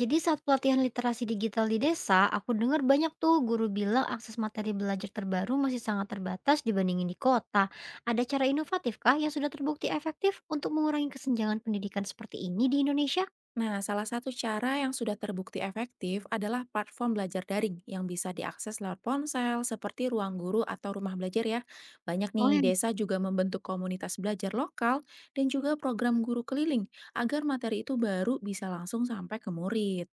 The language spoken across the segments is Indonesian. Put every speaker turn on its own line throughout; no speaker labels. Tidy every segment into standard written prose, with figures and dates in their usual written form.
Jadi saat pelatihan literasi digital di desa, aku dengar banyak tuh guru bilang akses materi belajar terbaru masih sangat terbatas dibandingin di kota. Ada cara inovatif kah yang sudah terbukti efektif untuk mengurangi kesenjangan pendidikan seperti ini di Indonesia?
Nah, salah satu cara yang sudah terbukti efektif adalah platform belajar daring yang bisa diakses lewat ponsel seperti ruang guru atau rumah belajar ya. Banyak
Oh
nih
ya.
desa juga membentuk komunitas belajar lokal dan juga program guru keliling agar materi itu baru bisa langsung sampai ke murid.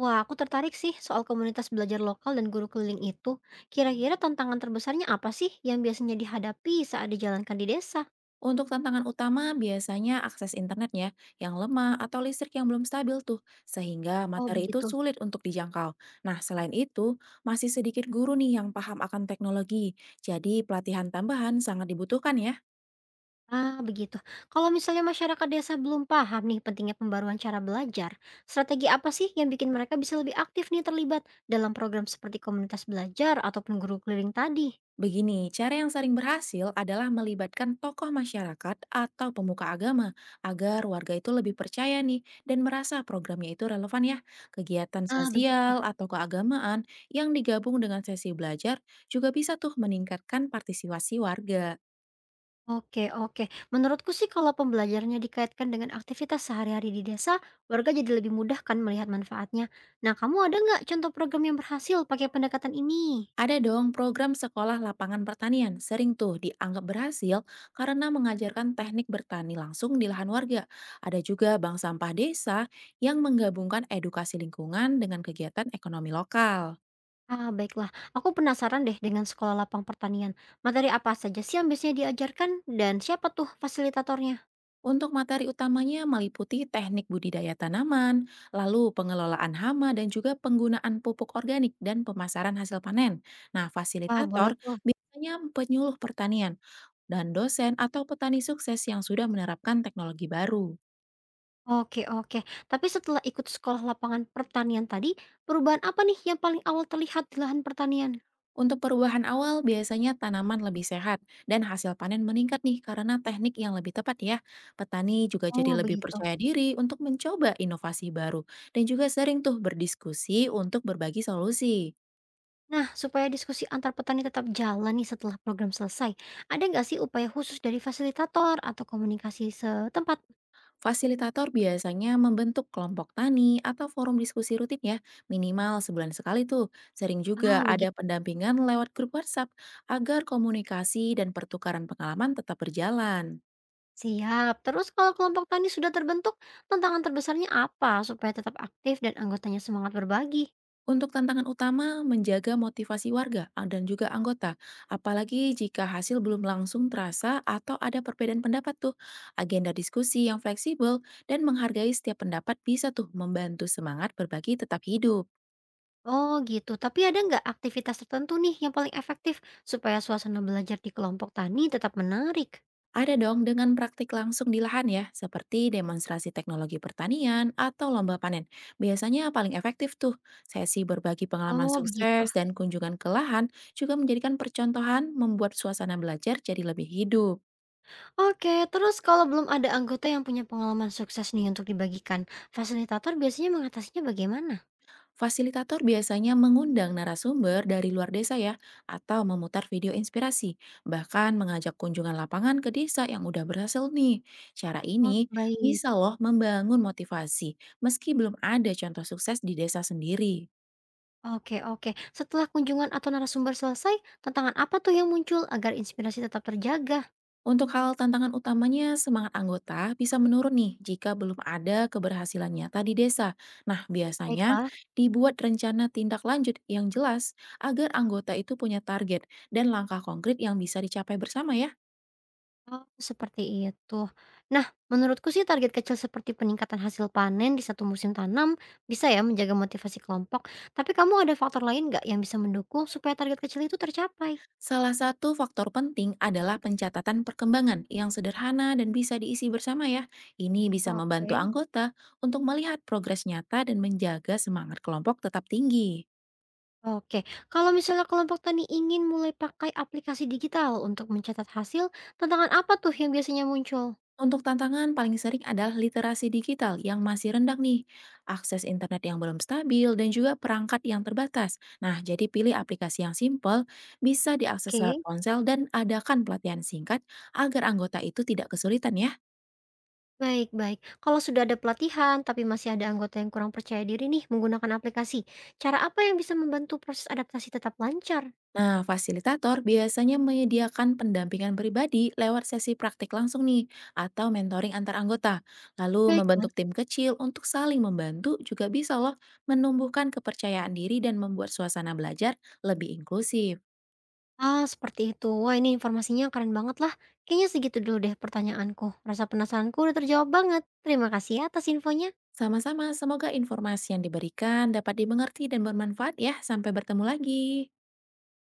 Wah, aku tertarik sih soal komunitas belajar lokal dan guru keliling itu. Kira-kira tantangan terbesarnya apa sih yang biasanya dihadapi saat dijalankan di desa?
Untuk tantangan utama biasanya akses internet ya, yang lemah atau listrik yang belum stabil tuh, sehingga
Oh,
materi itu
begitu.
sulit untuk dijangkau. Nah, selain itu, masih sedikit guru nih yang paham akan teknologi, jadi pelatihan tambahan sangat dibutuhkan ya.
Ah, begitu. Kalau misalnya masyarakat desa belum paham nih pentingnya pembaruan cara belajar, strategi apa sih yang bikin mereka bisa lebih aktif nih terlibat dalam program seperti komunitas belajar ataupun guru keliling tadi?
Begini, cara yang sering berhasil adalah melibatkan tokoh masyarakat atau pemuka agama agar warga itu lebih percaya nih dan merasa programnya itu relevan ya. Kegiatan
Ah, begitu.
sosial atau keagamaan yang digabung dengan sesi belajar juga bisa tuh meningkatkan partisipasi warga.
Oke, oke. Menurutku sih kalau pembelajarannya dikaitkan dengan aktivitas sehari-hari di desa, warga jadi lebih mudah kan melihat manfaatnya. Nah, kamu ada nggak contoh program yang berhasil pakai pendekatan ini?
Ada dong program sekolah lapangan pertanian, sering tuh dianggap berhasil karena mengajarkan teknik bertani langsung di lahan warga. Ada juga bank sampah desa yang menggabungkan edukasi lingkungan dengan kegiatan ekonomi lokal.
Ah, baiklah. Aku penasaran deh dengan sekolah lapang pertanian. Materi apa saja sih yang biasanya diajarkan dan siapa tuh fasilitatornya?
Untuk materi utamanya meliputi teknik budidaya tanaman, lalu pengelolaan hama dan juga penggunaan pupuk organik dan pemasaran hasil panen. Nah,
Wah, boleh
fasilitator
tuh.
biasanya penyuluh pertanian dan dosen atau petani sukses yang sudah menerapkan teknologi baru.
Oke, oke. Tapi setelah ikut sekolah lapangan pertanian tadi, perubahan apa nih yang paling awal terlihat di lahan pertanian?
Untuk perubahan awal, biasanya tanaman lebih sehat dan hasil panen meningkat nih karena teknik yang lebih tepat ya. Petani juga
Oh,
jadi lebih
begitu.
percaya diri untuk mencoba inovasi baru dan juga sering tuh berdiskusi untuk berbagi solusi.
Nah, supaya diskusi antar petani tetap jalan nih setelah program selesai, ada nggak sih upaya khusus dari fasilitator atau komunikasi setempat?
Fasilitator biasanya membentuk kelompok tani atau forum diskusi rutin ya, minimal sebulan sekali tuh. Sering
Ah,
juga ada
begitu.
pendampingan lewat grup WhatsApp agar komunikasi dan pertukaran pengalaman tetap berjalan.
Siap. Terus kalau kelompok tani sudah terbentuk, tantangan terbesarnya apa supaya tetap aktif dan anggotanya semangat berbagi?
Untuk tantangan utama, menjaga motivasi warga dan juga anggota, apalagi jika hasil belum langsung terasa atau ada perbedaan pendapat tuh. Agenda diskusi yang fleksibel dan menghargai setiap pendapat bisa tuh membantu semangat berbagi tetap hidup.
Oh gitu, tapi ada nggak aktivitas tertentu nih yang paling efektif supaya suasana belajar di kelompok tani tetap menarik?
Ada dong dengan praktik langsung di lahan ya, seperti demonstrasi teknologi pertanian atau lomba panen. Biasanya paling efektif tuh. Sesi berbagi pengalaman
Oh, begitu.
sukses dan kunjungan ke lahan juga menjadikan percontohan membuat suasana belajar jadi lebih hidup.
Oke, terus kalau belum ada anggota yang punya pengalaman sukses nih untuk dibagikan, fasilitator biasanya mengatasinya bagaimana?
Fasilitator biasanya mengundang narasumber dari luar desa ya, atau memutar video inspirasi, bahkan mengajak kunjungan lapangan ke desa yang udah berhasil nih. Cara
Oh,
ini bisa
baik.
loh membangun motivasi, meski belum ada contoh sukses di desa sendiri.
Oke, oke. Setelah kunjungan atau narasumber selesai, tantangan apa tuh yang muncul agar inspirasi tetap terjaga?
Untuk hal tantangan utamanya, semangat anggota bisa menurun nih jika belum ada keberhasilan nyata di desa. Nah, biasanya
Baiklah.
dibuat rencana tindak lanjut yang jelas agar anggota itu punya target dan langkah konkret yang bisa dicapai bersama ya.
Oh, seperti itu. Nah, menurutku sih target kecil seperti peningkatan hasil panen di satu musim tanam bisa ya menjaga motivasi kelompok. Tapi kamu ada faktor lain nggak yang bisa mendukung supaya target kecil itu tercapai?
Salah satu faktor penting adalah pencatatan perkembangan yang sederhana dan bisa diisi bersama ya. Ini bisa membantu
Oke.
anggota untuk melihat progres nyata dan menjaga semangat kelompok tetap tinggi.
Oke, kalau misalnya kelompok tani ingin mulai pakai aplikasi digital untuk mencatat hasil, tantangan apa tuh yang biasanya muncul?
Untuk tantangan paling sering adalah literasi digital yang masih rendah nih, akses internet yang belum stabil, dan juga perangkat yang terbatas. Nah, jadi pilih aplikasi yang simple, bisa diakses lewat
Oke,
ponsel, dan adakan pelatihan singkat agar anggota itu tidak kesulitan ya.
baik-baik. Kalau sudah ada pelatihan, tapi masih ada anggota yang kurang percaya diri nih menggunakan aplikasi, cara apa yang bisa membantu proses adaptasi tetap lancar?
Nah, fasilitator biasanya menyediakan pendampingan pribadi lewat sesi praktik langsung nih, atau mentoring antar anggota. Lalu
Baiklah.
membentuk tim kecil untuk saling membantu juga bisa loh menumbuhkan kepercayaan diri dan membuat suasana belajar lebih inklusif.
Ah, seperti itu. Wah, ini informasinya keren banget lah. Kayaknya segitu dulu deh pertanyaanku. Rasa penasaranku udah terjawab banget. Terima kasih ya atas infonya.
Sama-sama, semoga informasi yang diberikan dapat dimengerti dan bermanfaat ya. Sampai bertemu lagi.